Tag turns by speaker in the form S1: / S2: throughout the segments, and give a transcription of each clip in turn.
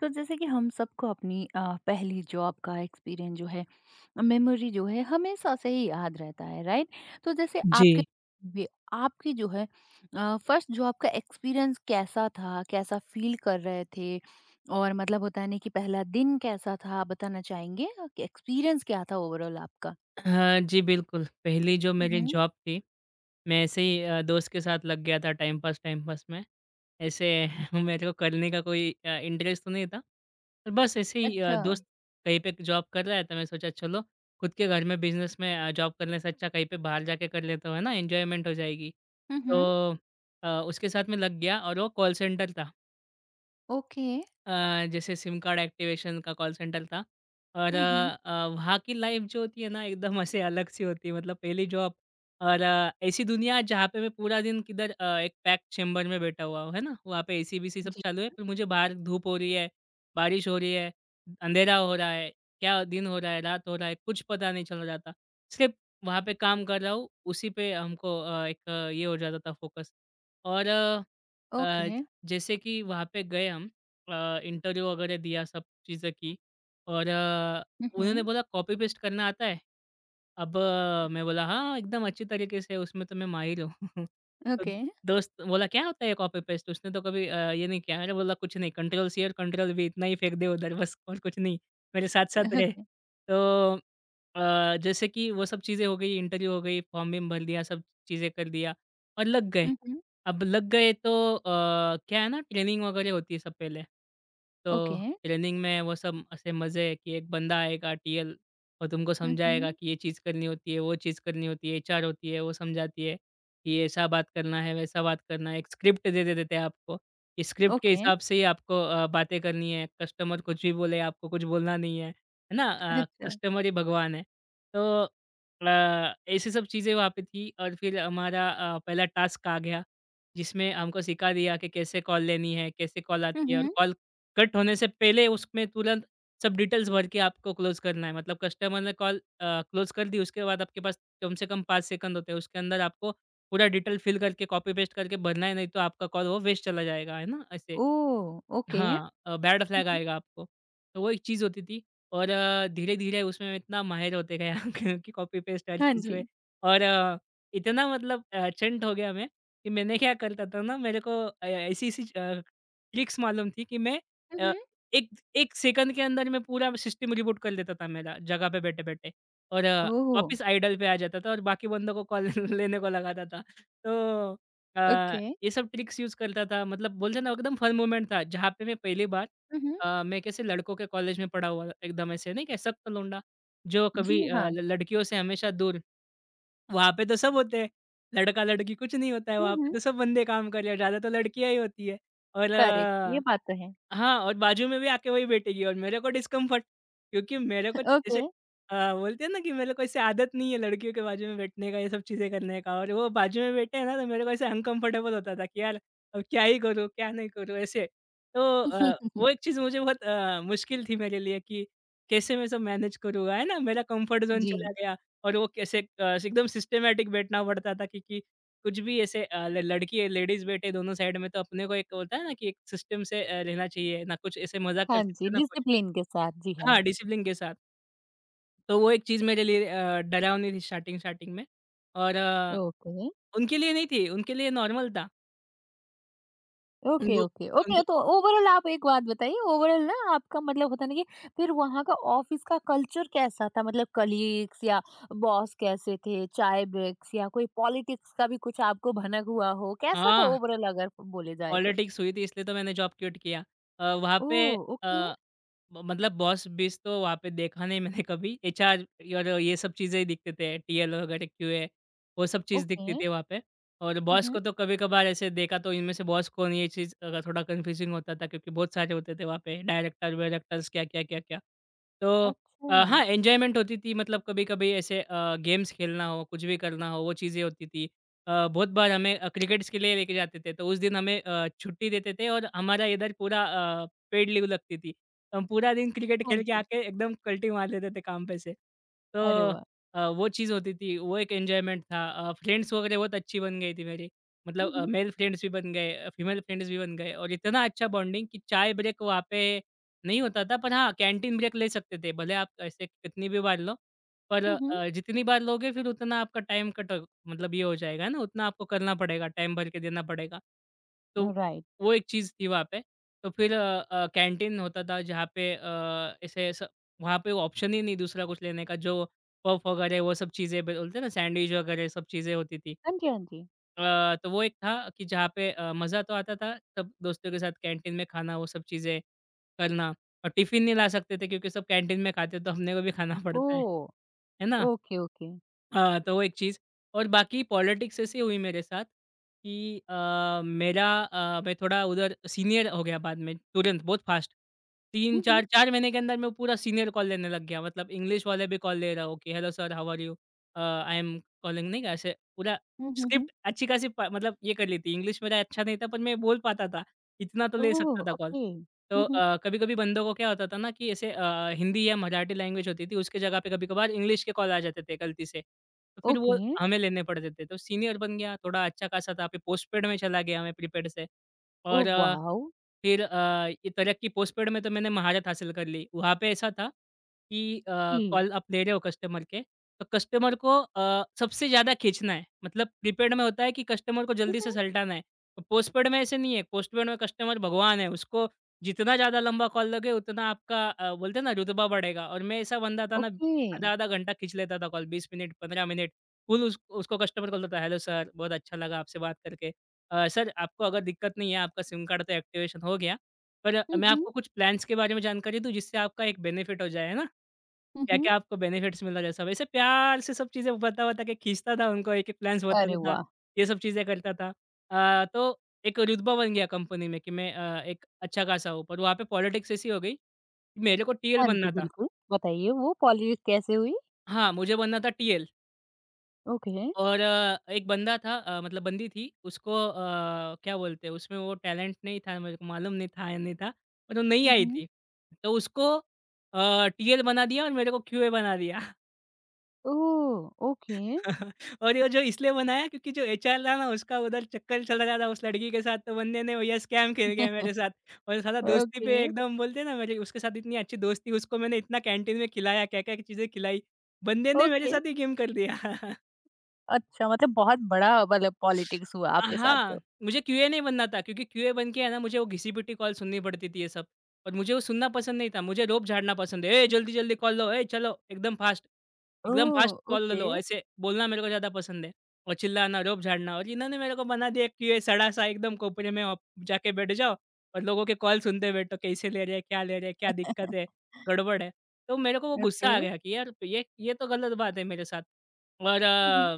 S1: तो जैसे कि हम सबको अपनी पहली जॉब का एक्सपीरियंस जो है, मेमोरी जो है, हमेशा से ही याद रहता है, राइट? तो जैसे आपके
S2: जी।
S1: भी, आपकी जो है फर्स्ट जॉब का एक्सपीरियंस कैसा था? कैसा फील कर रहे थे? और मतलब होता है ना कि पहला दिन कैसा था, आप बताना चाहेंगे कि एक्सपीरियंस क्या था ओवरऑल आपका?
S2: हाँ जी, बिल्कुल। पहली जो मेरी
S1: हम्म।
S2: जॉब थी, मैं ऐसे ही दोस्त के साथ लग गया था टाइम पास में। ऐसे मेरे को करने का कोई इंटरेस्ट तो नहीं था। पर बस ऐसे ही
S1: अच्छा।
S2: दोस्त कहीं पे जॉब कर रहा है तो मैं सोचा चलो खुद के घर में बिज़नेस में जॉब करने से अच्छा कहीं पे बाहर जाके कर लेता हूँ, है ना? एन्जॉयमेंट हो जाएगी।
S1: हम्म।
S2: तो उसके साथ मैं लग गया और वो कॉल सेंटर था।
S1: ओके।
S2: जैसे सिम कार्ड एक्टिवेशन का कॉल सेंटर था और
S1: हम्म।
S2: वहाँ की लाइफ जो होती है ना एकदम ऐसे अलग सी होती है, मतलब पहली जॉब। और ऐसी दुनिया जहाँ पे मैं पूरा दिन किधर एक पैक चेम्बर में बैठा हुआ हूँ, है ना, वहाँ पे एसी बीसी सब
S1: जी।
S2: चालू है, पर मुझे बाहर धूप हो रही है, बारिश हो रही है, अंधेरा हो रहा है, क्या दिन हो रहा है रात हो रहा है कुछ पता नहीं चल रहा था। सिर्फ वहाँ पे काम कर रहा हूँ उसी पे हमको एक ये हो जाता था फोकस। और अ,
S1: ओके।
S2: जैसे कि वहाँ पे गए हम, इंटरव्यू वगैरह दिया, सब चीज़ें की और उन्होंने
S1: हम्म।
S2: बोला कॉपी पेस्ट करना आता है। अब मैं बोला, "हाँ, एकदम अच्छी तरीके से, उसमें तो मैं माहिर हूँ।" तो
S1: ओके।
S2: दोस्त बोला, "क्या होता है कॉपी-पेस्ट? उसने तो कभी ये नहीं किया।" मैंने बोला, "कुछ नहीं, कंट्रोल-सी और कंट्रोल-वी इतना ही फेंक दे उधर, बस और कुछ नहीं।" मेरे साथ-साथ रहे।
S1: ओके।
S2: तो जैसे कि वो सब चीज़ें हो गई, इंटरव्यू हो गई, फॉर्म-बीम भर दिया, सब चीज़ें कर दिया और लग गए।
S1: हम्म।
S2: अब लग गए तो क्या है ना, ट्रेनिंग वगैरह होती है सब पहले। तो
S1: ओके।
S2: ट्रेनिंग में वो सब ऐसे मज़े है कि एक बंदा आएगा टीएल, और तुमको समझाएगा
S1: हम्म।
S2: कि ये चीज़ करनी होती है, वो चीज़ करनी होती है, एचआर होती है, वो समझाती है कि ऐसा बात करना है, वैसा बात करना है। एक स्क्रिप्ट दे दे देते हैं आपको। इस स्क्रिप्ट के
S1: ओके।
S2: हिसाब से ही आपको बातें करनी है। कस्टमर कुछ भी बोले, आपको कुछ बोलना नहीं है। है ना?
S1: अच्छा।
S2: कस्टमर ही भगवान है। तो ऐसी सब चीज़ें वहाँ पे थी और फिर हमारा पहला टास्क आ गया, जिसमें हमको सिखा दिया कि कैसे कॉल लेनी है, कैसे कॉल
S1: हुँ,
S2: आती है और
S1: हुँ।
S2: कॉल कट होने से पहले उसमें तुरंत सब डिटेल्स भर के आपको क्लोज़ करना है। मतलब कस्टमर ने कॉल क्लोज़ कर दी, उसके बाद आपके पास कम से कम 5 सेकंड होते हैं। उसके अंदर आपको पूरा डिटेल फिल करके, कॉपी पेस्ट करके भरना है, नहीं तो आपका कॉल वो वेस्ट चला जाएगा, है ना? ऐसे।
S1: ओह! ओके।
S2: हाँ, बैड
S1: हुँ,
S2: फ्लैग
S1: हुँ।
S2: आएगा आपको। तो वो एक चीज़ होती थी और धीरे-धीरे उसमें मैं इतना माहिर होते गए हम कि कॉपी पेस्ट हर
S1: हाँ
S2: चीज़ में।
S1: जी।
S2: और इतना मतलब एचेंट हो गया मैं कि मैंने क्या करता था ना, मेरे को ऐसी-ऐसी ट्रिक्स मालूम थी कि मैं
S1: हुँ,
S2: अ,
S1: हुँ।
S2: एक एक सेकंड के अंदर मैं पूरा सिस्टम रिबूट कर देता था मेरा जगह पे बैठे-बैठे, और
S1: ओह!
S2: वापस आइडल पे आ जाता था और बाकी बंदों को कॉल लेने को लगाता था। तो अ
S1: ओके।
S2: ये सब ट्रिक्स यूज़ करता था, मतलब बोलते हैं ना, एकदम फन मोमेंट था जहाँ पे मैं पहली बार
S1: हुँ, हुँ।
S2: मैं कैसे लड़कों के कॉलेज में पढ़ा हुआ था, एकदम ऐसे नहीं कह सकता, लौंडा जो कभी
S1: जी
S2: अ,
S1: हाँ।
S2: ल लड़कियों से हमेशा दूर। वहाँ पे तो सब होते हैं, लड़का-लड़की कुछ नहीं होता है,
S1: हुँ,
S2: वहाँ पे
S1: हुँ।
S2: तो सब बंदे काम कर रहे हैं, ज़्यादा तो लड़कियाँ ही होती है। और
S1: करेक्ट, ये बात तो है।
S2: हाँ, और बाजू में भी आके वही बैठेगी और मेरे को डिस्कम्फर्ट, क्योंकि मेरे को जैसे
S1: ओके।
S2: बोलते हैं ना कि मेरे को ऐसे आदत नहीं है लड़कियों के बाजू में बैठने का, ये सब चीज़ें करने का, और वो बाजू में बैठे हैं ना तो मेरे को ऐसे अनकम्फर्टेबल होता था कि यार, अब क्या ही करूँ, क्या नहीं करूँ ऐसे। तो वो एक चीज़ मुझे बहुत मुश्किल थी मेरे लिए कि कैसे मैं सब मैनेज करूँगा, है ना? मेरा कम्फर्ट ज़ोन
S1: जी।
S2: चला गया, और वो कैसे एकदम सिस्टमैटिक बैठना पड़ता था कि कुछ भी ऐसे अ, ल लड़की लेडीज़ बैठे दोनों साइड में तो अपने को एक होता है ना कि एक सिस्टम से रहना चाहिए, ना कुछ ऐसे मज़ाक कर
S1: हाँ
S2: सकते
S1: जी,
S2: हैं, ना कुछ।
S1: डिसिप्लिन के साथ, जी हाँ।
S2: हाँ, डिसिप्लिन के साथ। तो वो एक चीज़ मेरे लिए डरावनी थी स्टार्टिंग-स्टार्टिंग में, और
S1: ओके।
S2: उनके लिए नहीं थी, उनके लिए नॉर्मल था।
S1: ओके,
S2: उनको
S1: ओके,
S2: उनको
S1: ओके, तो ओवरॉल आप एक बात बताइए, ओवरॉल ना आपका मतलब होता है ना कि फिर वहाँ का ऑफ़िस का कल्चर कैसा था? मतलब कलीग्स या बॉस कैसे थे? चाय ब्रेक्स या कोई पॉलिटिक्स का भी कुछ आपको भनक हुआ हो? कैसा था
S2: हाँ,
S1: ओवरॉल अगर बोले जाए तो?
S2: पॉलिटिक्स हुई थी इसलिए तो मैंने जॉब क्विट किया। वहाँ पे
S1: ओह! ओके,
S2: अ म मतलब बॉस बेस तो वहाँ पे देखा नहीं मैंने कभी, एचआर और ये सब चीज़ें ही दिखते थे, टीएल वगैरह, क्यूए, वो सब चीज़
S1: ओके।
S2: दिखती थी वहाँ पे। और
S1: हुँ,
S2: बॉस
S1: हुँ।
S2: को तो कभी-कभार ऐसे देखा तो इनमें से बॉस कौन ये चीज़ थोड़ा कन्फ्यूज़िंग होता था, क्योंकि बहुत सारे होते थे वहाँ पे डायरेक्टर वायरेक्टर्स क्या, क्या, क्या, क्या। तो
S1: अच्छा।
S2: हाँ, एन्जॉयमेंट होती थी, मतलब कभी-कभी ऐसे गेम्स खेलना हो, कुछ भी करना हो, वो चीज़ें होती थी। बहुत बार हमें क्रिकेट्स के लिए लेके जाते थे तो उस दिन हमें छुट्टी देते थे, और हमारा इधर पूरा पेड लीव लगती थी। हम पूरा दिन क्रिकेट
S1: हाँ
S2: खेल के
S1: जी।
S2: आके एकदम कल्टी मार लेते थे काम पे से।
S1: अरे
S2: तो
S1: वाह!
S2: वो चीज़ होती थी, वो एक एन्जॉयमेंट था। फ्रेंड्स वगैरह बहुत अच्छी बन गई थी मेरी। मतलब
S1: हुँ, हुँ।
S2: मेल फ्रेंड्स भी बन गए, फीमेल फ्रेंड्स भी बन गए, और इतना अच्छा बॉन्डिंग कि चाय ब्रेक वहाँ पे नहीं होता था, पर हाँ, कैंटीन ब्रेक ले सकते थे। भले आप ऐसे कितनी भी बार लो, पर
S1: हुँ, हुँ।
S2: जितनी बार लोगे फिर उतना आपका टाइम कट हो- मतलब ये हो जाएगा ना, उतना आपको करना पड़ेगा, टाइम भर के देना पड़ेगा। तो
S1: राइट।
S2: वो एक चीज़ थी वहाँ पे। तो फिर कैंटीन होता था जहाँ पे अ, ऐसे स वहाँ पे ऑप्शन ही नहीं दूसरा कुछ लेने का, जो पफ वगैरह वो सब चीज़ें, ब बोलते हैं ना सैंडविच वगैरह सब चीज़ें होती थी।
S1: हाँ जी, हाँ जी।
S2: अ, तो वो एक था कि जहाँ पे मज़ा तो आता था सब दोस्तों के साथ कैंटीन में खाना वो सब चीज़ें करना, और टिफ़िन नहीं ला सकते थे क्योंकि सब कैंटीन में खाते तो हमने को भी खाना पड़ता है।
S1: ओह!
S2: है ना?
S1: Okay, okay.
S2: हाँ, तो वो एक चीज़। और बाकी पॉलिटिक्स ऐसी हुई मेरे साथ कि मैं थोड़ा उधर सीनियर हो गया बाद में तुरंत बहुत फास्ट।
S1: हुँ, हुँ।
S2: 3-4 4 महीने के अंदर मैं पूरा सीनियर कॉल लेने लग गया, मतलब इंग्लिश वाले भी कॉल ले रहा हूँ कि hello sir, how are you? I am calling नहीं का, ऐसे पूरा
S1: हुँ, हुँ, हुँ।
S2: स्क्रिप्ट अच्छी खासी प मतलब ये कर ली थी। इंग्लिश मेरा अच्छा नहीं था पर मैं बोल पाता था, इतना तो ले सकता
S1: ओह!
S2: था कॉल।
S1: ओके।
S2: तो
S1: हुँ, हुँ।
S2: कभी-कभी बंदों को क्या होता था ना कि ऐसे हिंदी या मराठी लैंग्वेज होती थी उसकी जगह पे कभी-कभार इंग्लिश के कॉल आ जाते थे गलती से। तो फिर वो
S1: ओके।
S2: हमें लेने पड़ते थे। तो सीनियर बन गया, थोड़ा अच्छा खासा था, फिर पोस्टपेड में चला गया मैं प्रीपेड से। और
S1: ओह वाओ!
S2: फिर ये तरक्की पोस्टपेड में तो मैंने महारत हासिल कर ली। वहाँ पे ऐसा था कि
S1: जी।
S2: कॉल आप ले रहे हो कस्टमर के, तो कस्टमर को सबसे ज़्यादा खींचना है। मतलब प्रीपेड में होता है कि कस्टमर को
S1: हुँ,
S2: जल्दी से
S1: हुँ।
S2: सलटाना है। तो पोस्टपेड में ऐसे नहीं है, पोस्टपेड में कस्टमर भगवान है, उसको जितना ज़्यादा लंबा कॉल लगे उतना आपका बोलते हैं ना रुतबा बढ़ेगा। और मैं ऐसा बंदा था ना,
S1: ओके।
S2: आधा-आधा घंटा खींच लेता था कॉल, 20 मिनट, 15 मिनट। फ़ुल उस उसको कस्टमर कॉल देता, "हेलो सर, बहुत अच्छा लगा आपसे बात करके। सर आपको अगर दिक्कत नहीं है, आपका सिम कार्ड तो एक्टिवेशन हो गया, पर
S1: हुँ,
S2: मैं
S1: हुँ।
S2: आपको कुछ प्लान्स के बारे में जानकारी दूँ जिससे आपका एक बेनिफिट हो जाए, है ना?
S1: हुँ, हुँ।
S2: क्या-क्या आपको बेनिफिट्स मिल रहा है?" सब ऐसे प्यार से सब चीज़ें बता-बता के खींचता था उनको, एक-एक प्लान्स बताता
S1: अरे
S2: था,
S1: वाह!
S2: ये सब चीज़ें करता था। तो एक रुतबा बन गया कंपनी में कि मैं एक अच्छा खासा हूँ, पर वहाँ पे पॉलिटिक्स ऐसी हो गई, कि मेरे को टीएल
S1: हाँ जी,
S2: बनना था।
S1: बिल्कुल। बताइए वो पॉलिश कैसे हुई?
S2: हाँ, मुझे बनना था टीएल।
S1: ओके।
S2: और एक बंदा था मतलब बंदी थी उसको क्या बोलते हैं उसमें वो टैलेंट नहीं था मेरे को मालूम नहीं था या नहीं था पर वो नहीं
S1: हुँ,
S2: आई
S1: हुँ।
S2: थी। तो उसको टीएल बना दिया और मेरे को क्यूए बना दिया।
S1: ओह! ओके,
S2: और ये जो इसलिए बनाया क्योंकि जो एचआर था ना उसका उधर चक्कर चल रहा था उस लड़की के साथ तो बंदे ने भैया स्कैम खेल गया मेरे साथ। और साला दोस्ती पे
S1: ओके,
S2: एकदम बोलते हैं ना मेरी उसके साथ इतनी अच्छी दोस्ती उसको मैंने इतना कैंटीन में खिलाया, क्या-क्या चीज़ें खिलाई। बंदे ने मेरे
S1: ओके।
S2: साथ ही गेम कर दिया।
S1: अच्छा, मतलब बहुत बड़ा मतलब पॉलिटिक्स हुआ आपके साथ तो।
S2: हाँ, मुझे क्यूए नहीं बनना था क्योंकि क्यूए बन के है ना मुझे वो घिसी-पिटी कॉल सुननी पड़ती थी ये सब और मुझे वो सुनना पसंद नहीं था। मुझे रोब झाड़ना पसंद है, "ए जल्दी-जल्दी कॉल लो, ए चलो एकदम
S1: ओह!
S2: फास्ट कॉल
S1: ओके,
S2: लो।" ऐसे बोलना मेरे को ज़्यादा पसंद है और चिल्लाना, रोब झाड़ना और इन्होंने मेरे को बना दिया क्यूए सड़ा सा एकदम कोपरे में आप जाके बैठ जाओ और लोगों के कॉल सुनते बैठो कैसे ले रहे हैं, क्या ले रहे हैं, क्या दिक्कत है, गड़बड़ है। तो मेरे को वो गुस्सा
S1: ओके।
S2: आ गया कि यार ये तो गलत बात है मेरे साथ और
S1: हुँ, हुँ।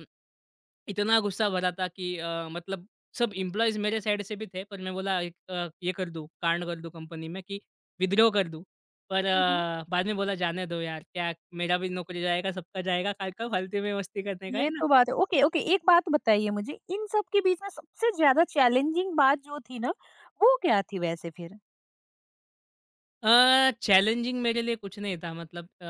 S2: इतना गुस्सा भरा था कि मतलब सब एम्प्लॉइज़ मेरे साइड से भी थे, पर मैं बोला एक ये कर दूँ, कांड कर दूँ कंपनी में कि विद्रोह कर दूँ। पर
S1: हुँ, हुँ।
S2: बाद में बोला जाने दो यार, क्या मेरा भी नौकरी जाएगा, सबका जाएगा, काहे का फालतू में मस्ती करने का, है
S1: ये
S2: ना?
S1: तो बात है। ओके, ओके, एक बात बताइए मुझे, इन सब के बीच में सबसे ज़्यादा चैलेंजिंग बात जो थी ना, वो क्या थी वैसे फिर?
S2: चैलेंजिंग मेरे लिए कुछ नहीं था मतलब अ,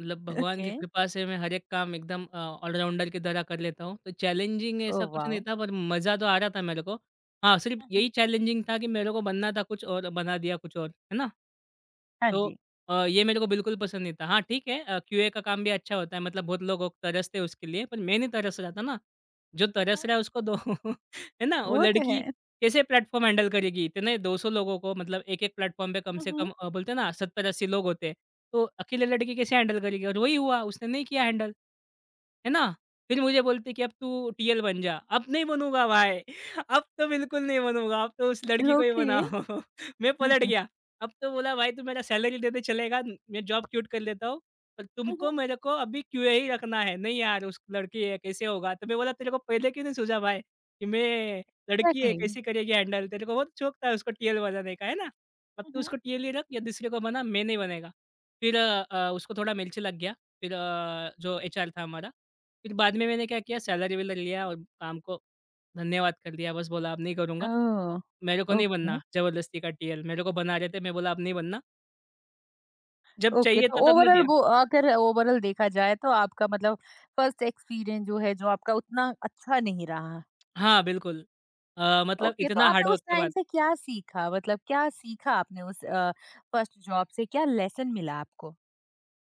S2: मतलब भगवान
S1: ओके।
S2: की कृपा से मैं हर एक काम एकदम ऑलराउंडर की तरह कर लेता हूँ। तो चैलेंजिंग ऐसा
S1: ओह
S2: कुछ नहीं
S1: वाओ!
S2: था पर मज़ा तो आ रहा था मेरे को। हाँ, सिर्फ़
S1: हुँ,
S2: यही
S1: हुँ।
S2: चैलेंजिंग था कि मेरे को बनना था कुछ और बना दिया कुछ और, है ना?
S1: हाँ
S2: तो
S1: जी।
S2: ये मेरे को बिल्कुल पसंद नहीं था। हाँ, ठीक है क्यूए का काम भी अच्छा होता है मतलब बहुत लोग वो तरसते हैं उसके लिए पर मैं नहीं तरस रहा था ना। जो
S1: हुँ,
S2: तरस
S1: हुँ।
S2: रहा है उसको दो, है ना? वो
S1: वो तो है।
S2: लड़की कैसे प्लेटफ़ॉर्म हैंडल करेगी? इतने 200 लोगों को मतलब एक-एक प्लेटफ़ॉर्म पे कम
S1: हुँ,
S2: से
S1: हुँ।
S2: कम बोलते हैं ना 70-80 लोग होते हैं। तो अकेले लड़के कैसे हैंडल करेगी? और वही हुआ, उसने नहीं किया हैंडल। है ना? फिर मुझे बोलती कि अब तू टीएल बन जा। अब नहीं बनूँगा भाई, अब तो बिल्कुल नहीं बनूँगा, अब तो उस लड़की को ही
S1: ओके।
S2: बनाओ। मैं
S1: हुँ,
S2: पलट
S1: हुँ।
S2: गया। अब तो बोला भाई तू मेरा सैलरी दे दे चलेगा, मैं जॉब क्विट कर लेता हूँ। पर
S1: हुँ,
S2: तुमको
S1: हुँ।
S2: मेरे को अभी क्यूए ही रखना है। नहीं यार उस लड़की है कैसे होगा? तो मैं बोला तेरे को पहले क्यों नहीं सूझा भाई कि मैं लड़की है
S1: एक्ज़ैक्टली।
S2: कैसे करेगी हैंडल? तेरे को बहुत शौक था उसको टीएल बनाने का, है ना? अब
S1: हुँ,
S2: तू
S1: हुँ।
S2: उसको टीएल ही रख या दूसरे को बना, मैं नहीं बनेगा। फिर उसको थोड़ा मिर्च लग गया। फिर जो एचआर था हमारा फिर बाद में मैंने क्या किया सैलरी-वैलरी लिया और काम को धन्यवाद कर दिया। बस बोला अब नहीं करूँगा,
S1: ओह!
S2: मेरे को नहीं
S1: ओके,
S2: बनना ज़बरदस्ती का टीएल मेरे को बना रहे थे, मैं बोला अब नहीं बनना। जब
S1: ओके
S2: चाहिए
S1: तो
S2: था तब नहीं
S1: ओवरऑल,
S2: दिया।
S1: वो अगर ओवरऑल देखा जाए तो आपका मतलब फर्स्ट एक्सपीरियंस जो है, जो आपका उतना अच्छा नहीं रहा।
S2: हाँ, बिल्कुल। मतलब
S1: ओके, तो
S2: इतना
S1: आपने
S2: हार्ड
S1: उस
S2: वर्क के
S1: टाइम
S2: बाद।
S1: से क्या सीखा? मतलब क्या सीखा आपने उस फर्स्ट जॉब से, क्या लेसन मिला आपको?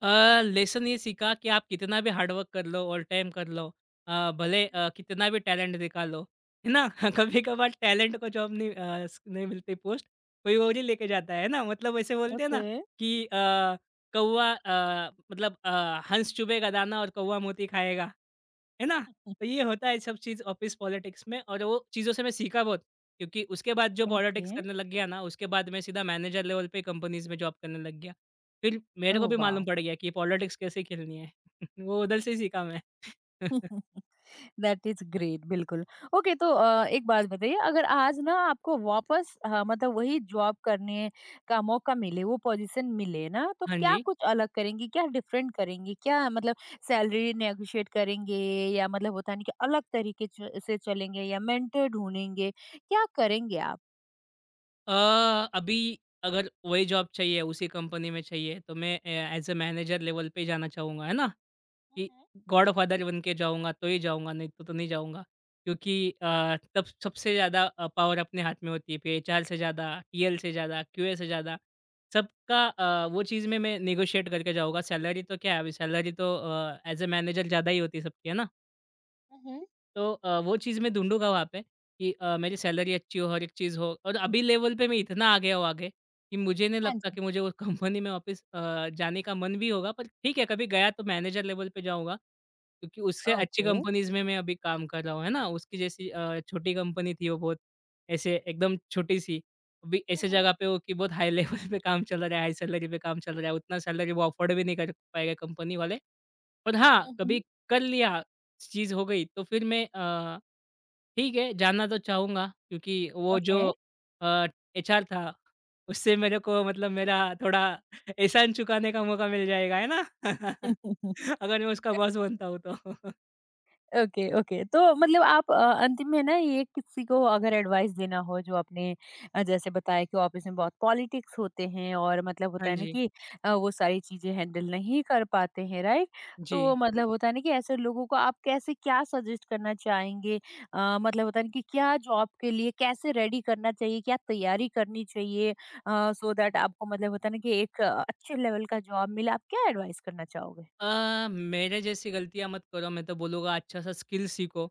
S2: लेसन ये सीखा कि आप कितना भी हार्ड वर्क कर लो, ऑल टाइम कर लो, भले कितना भी टैलेंट दिखा लो, है ना? कभी-कभार टैलेंट को जॉब नहीं अ, स नहीं मिलती पोस्ट, कोई और ही लेके जाता है ना? मतलब ऐसे बोलते हैं ना
S1: ओके।
S2: कि कौवा मतलब हंस चुभेगा दाना और कौवा मोती खाएगा। है ना? तो ये होता है सब चीज़ ऑफ़िस पॉलिटिक्स में और वो चीज़ों से मैं सीखा बहुत, क्योंकि उसके बाद जो
S1: ओके।
S2: पॉलिटिक्स करने लग गया ना, उसके बाद मैं सीधा मैनेजर लेवल पे कंपनीज़ में जॉब करने लग गया। फिर मेरे को
S1: ओह
S2: भी मालूम
S1: वाओ!
S2: पड़ गया कि पॉलिटिक्स कैसे खेलनी है। वो उधर से ही सीखा मैं।
S1: दैट इज ग्रेट, बिल्कुल। ओके, तो एक बात बताइए, अगर आज ना आपको वापस मतलब वही जॉब करने का मौका मिले, वो पोजीशन मिले ना, तो
S2: हाँ
S1: क्या
S2: जी।
S1: कुछ अलग करेंगे? क्या डिफरेंट करेंगे? क्या मतलब सैलरी नेगोशिएट करेंगे, या मतलब होता नहीं कि अलग तरीके से चलेंगे, या मेंटर ढूंढेंगे, क्या करेंगे आप?
S2: अ, अभी अगर वही जॉब चाहिए, उसी कंपनी में चाहिए, तो मैं as a as a manager level पे ही जाना चाहूँगा, है ना? कि
S1: मम्म,
S2: गॉडफादर बन के जाऊँगा, तो ही जाऊँगा, नहीं तो नहीं जाऊँगा। क्योंकि तब सबसे ज़्यादा पावर अपने हाथ में होती है, फिर एचआर से ज़्यादा, टीएल से ज़्यादा, क्यूए से ज़्यादा, सबका वो चीज़ में मैं नेगोशिएट करके जाऊँगा। सैलरी तो क्या है, अभी सैलरी तो एज़ अ मैनेजर ज़्यादा ही होती है सबकी, है ना?
S1: मम्म।
S2: तो वो चीज़ मैं ढूँढूँगा वहाँ पे कि मेरी सैलरी अच्छी हो, हर एक चीज़ हो और अभी लेवल पे मैं इतना आ गया हूँ आगे कि मुझे नहीं लगता कि मुझे उस कंपनी में वापस जाने का मन भी होगा। पर ठीक है, कभी गया तो मैनेजर लेवल पे जाऊँगा क्योंकि उससे अच्छी
S1: Okay.
S2: कंपनीज़ में मैं अभी काम कर रहा हूँ, है ना? उसकी जैसी छोटी कंपनी थी वो बहुत ऐसे एकदम छोटी-सी। अभी
S1: Uh
S2: ऐसे
S1: huh.
S2: जगह पे हो कि बहुत हाई लेवल पे काम चल रहा है, हाई सैलरी पे काम चल रहा है। उतना सैलरी वो अफ़ोर्ड भी नहीं कर पाएगा कंपनी वाले। पर हाँ,
S1: Uh huh.
S2: कभी कर लिया चीज़ हो गई तो फिर मैं ठीक है जानना तो चाहूँगा क्योंकि वो जो
S1: Okay.
S2: अ, एचआर था उससे मेरे को मतलब मेरा थोड़ा एहसान चुकाने का मौका मिल जाएगा है ना? अगर मैं उसका बॉस बनता हूँ तो।
S1: ओके, ओके तो मतलब आप अंतिम में ना, ये किसी को अगर एडवाइस देना हो, जो आपने जैसे बताया कि ऑफिस में बहुत पॉलिटिक्स होते हैं, और मतलब
S2: हाँ
S1: होता है ना
S2: जी।
S1: कि वो सारी चीजें हैंडल नहीं कर पाते हैं, राइट? तो
S2: जी।
S1: मतलब होता है ना कि ऐसे लोगों को आप कैसे, क्या सजेस्ट करना चाहेंगे? मतलब होता है ना कि क्या जॉब के लिए कैसे रेडी करना चाहिए, क्या तैयारी करनी चाहिए, सो दैट आपको मतलब होता है ना कि एक अच्छे लेवल का जॉब मिले? आप क्या एडवाइस करना चाहोगे?
S2: मेरे जैसी गलतियाँ मत करो, मैं तो बोलूँगा अच्छा सा स्किल सीखो।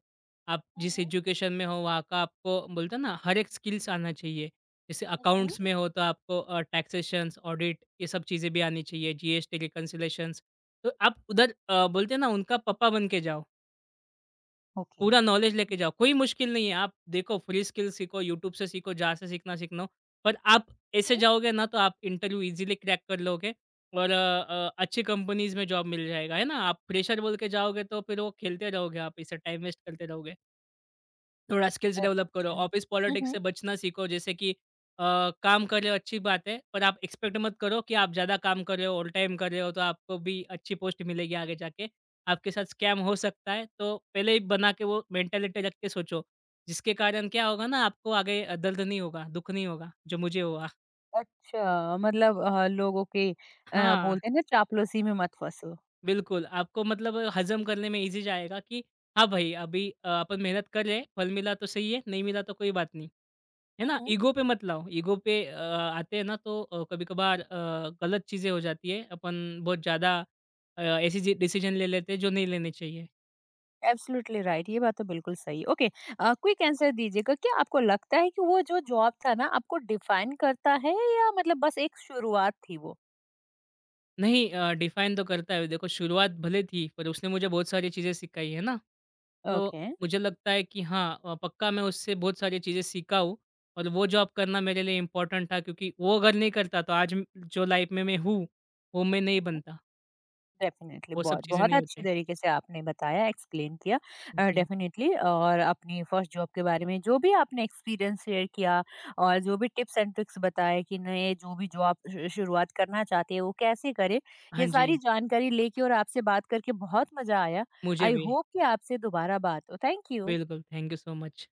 S2: आप जिस
S1: हम्म।
S2: एजुकेशन में हो वहाँ का आपको बोलते हैं ना हर एक स्किल्स आना चाहिए। जैसे
S1: हम्म।
S2: अकाउंट्स में हो तो आपको टैक्सेशंस, ऑडिट ये सब चीज़ें भी आनी चाहिए, जीएसटी, रिकन्सिलेशंस। तो आप उधर बोलते हैं ना उनका पापा बन के जाओ।
S1: ओके।
S2: पूरा नॉलेज लेके जाओ, कोई मुश्किल नहीं है। आप देखो फ्री स्किल सीखो, यूट्यूब से सीखो, जहाँ से सीखना सीखना हो। पर आप ऐसे जाओगे ना तो आप इंटरव्यू ईज़िली क्रैक कर लोगे और अच्छी कंपनीज़ में जॉब मिल जाएगा, है ना? आप फ्रेशर बोल के जाओगे तो फिर वो खेलते रहोगे आप, इससे टाइम वेस्ट करते रहोगे। थोड़ा स्किल्स डेवलप करो,
S1: अच्छा।
S2: ऑफ़िस
S1: हुँ,
S2: पॉलिटिक्स
S1: हुँ।
S2: से बचना सीखो जैसे कि अ, काम कर रहे हो अच्छी बात है, पर आप एक्सपेक्ट मत करो कि आप ज़्यादा काम कर रहे हो, ओवरटाइम कर रहे हो तो आपको भी अच्छी पोस्ट मिलेगी आगे जाके। आपके साथ स्कैम हो सकता है, तो पहले ही बना के वो मेंटालिटी रख के सोचो, जिसके कारण क्या होगा ना आपको आगे दर्द नहीं होगा, दुःख नहीं होगा, जो मुझे हुआ।
S1: अच्छा, मतलब लोगों के
S2: हाँ,
S1: बोलते हैं ना चापलूसी में मत फँसो।
S2: बिल्कुल, आपको मतलब हज़म करने में ईज़ी जाएगा कि हाँ भाई, अभी अपन मेहनत कर रहे हैं, फल मिला तो सही है, नहीं मिला तो कोई बात नहीं। है
S1: हुँ,
S2: ना?
S1: हुँ।
S2: ईगो पे मत लाओ, ईगो पे आते हैं ना तो कभी-कभार गलत चीज़ें हो जाती है। अपन बहुत ज़्यादा ऐसी जी डिसीज़न ले लेते हैं जो नहीं लेने चाहिए।
S1: एब्सोल्युटली राइट, ये बात तो बिल्कुल सही। ओके, क्विक आंसर दीजिएगा, क्या आपको लगता है कि वो जो जॉब था ना आपको डिफाइन करता है, या मतलब बस एक शुरुआत थी वो?
S2: नहीं डिफाइन तो करता है, देखो शुरुआत भले थी पर उसने मुझे बहुत सारी चीज़ें सिखाई, है ना? तो
S1: ओके।
S2: मुझे लगता है कि हाँ पक्का मैं उससे बहुत सारी चीज़ें सीखा हूँ और वो जॉब करना मेरे लिए इम्पोर्टेंट था क्योंकि वो अगर नहीं करता तो आज जो लाइफ में मैं हूँ, वो मैं नहीं
S1: हुँ, हुँ।
S2: बनता।
S1: डेफ़िनिटली,
S2: वो सब
S1: बहुत
S2: चीज़ें
S1: बहुत
S2: नहीं
S1: अच्छी
S2: होते।
S1: तरीके से आपने बताया, एक्सप्लेन किया।
S2: जी।
S1: डेफ़िनिटली, और अपनी फर्स्ट जॉब के बारे में जो भी आपने एक्सपीरियंस शेयर किया, और जो भी टिप्स एंड ट्रिक्स बताए कि नए जो भी जॉब शु शुरुआत करना चाहते हैं, वो कैसे करें,
S2: हाँ
S1: ये सारी
S2: जी,
S1: जानकारी लेके और आपसे बात करके बहुत मज़ा आया।
S2: मुझे
S1: आई
S2: भी।
S1: होप कि आपसे दोबारा बात हो। Thank you.
S2: Bill, good. Thank you so much.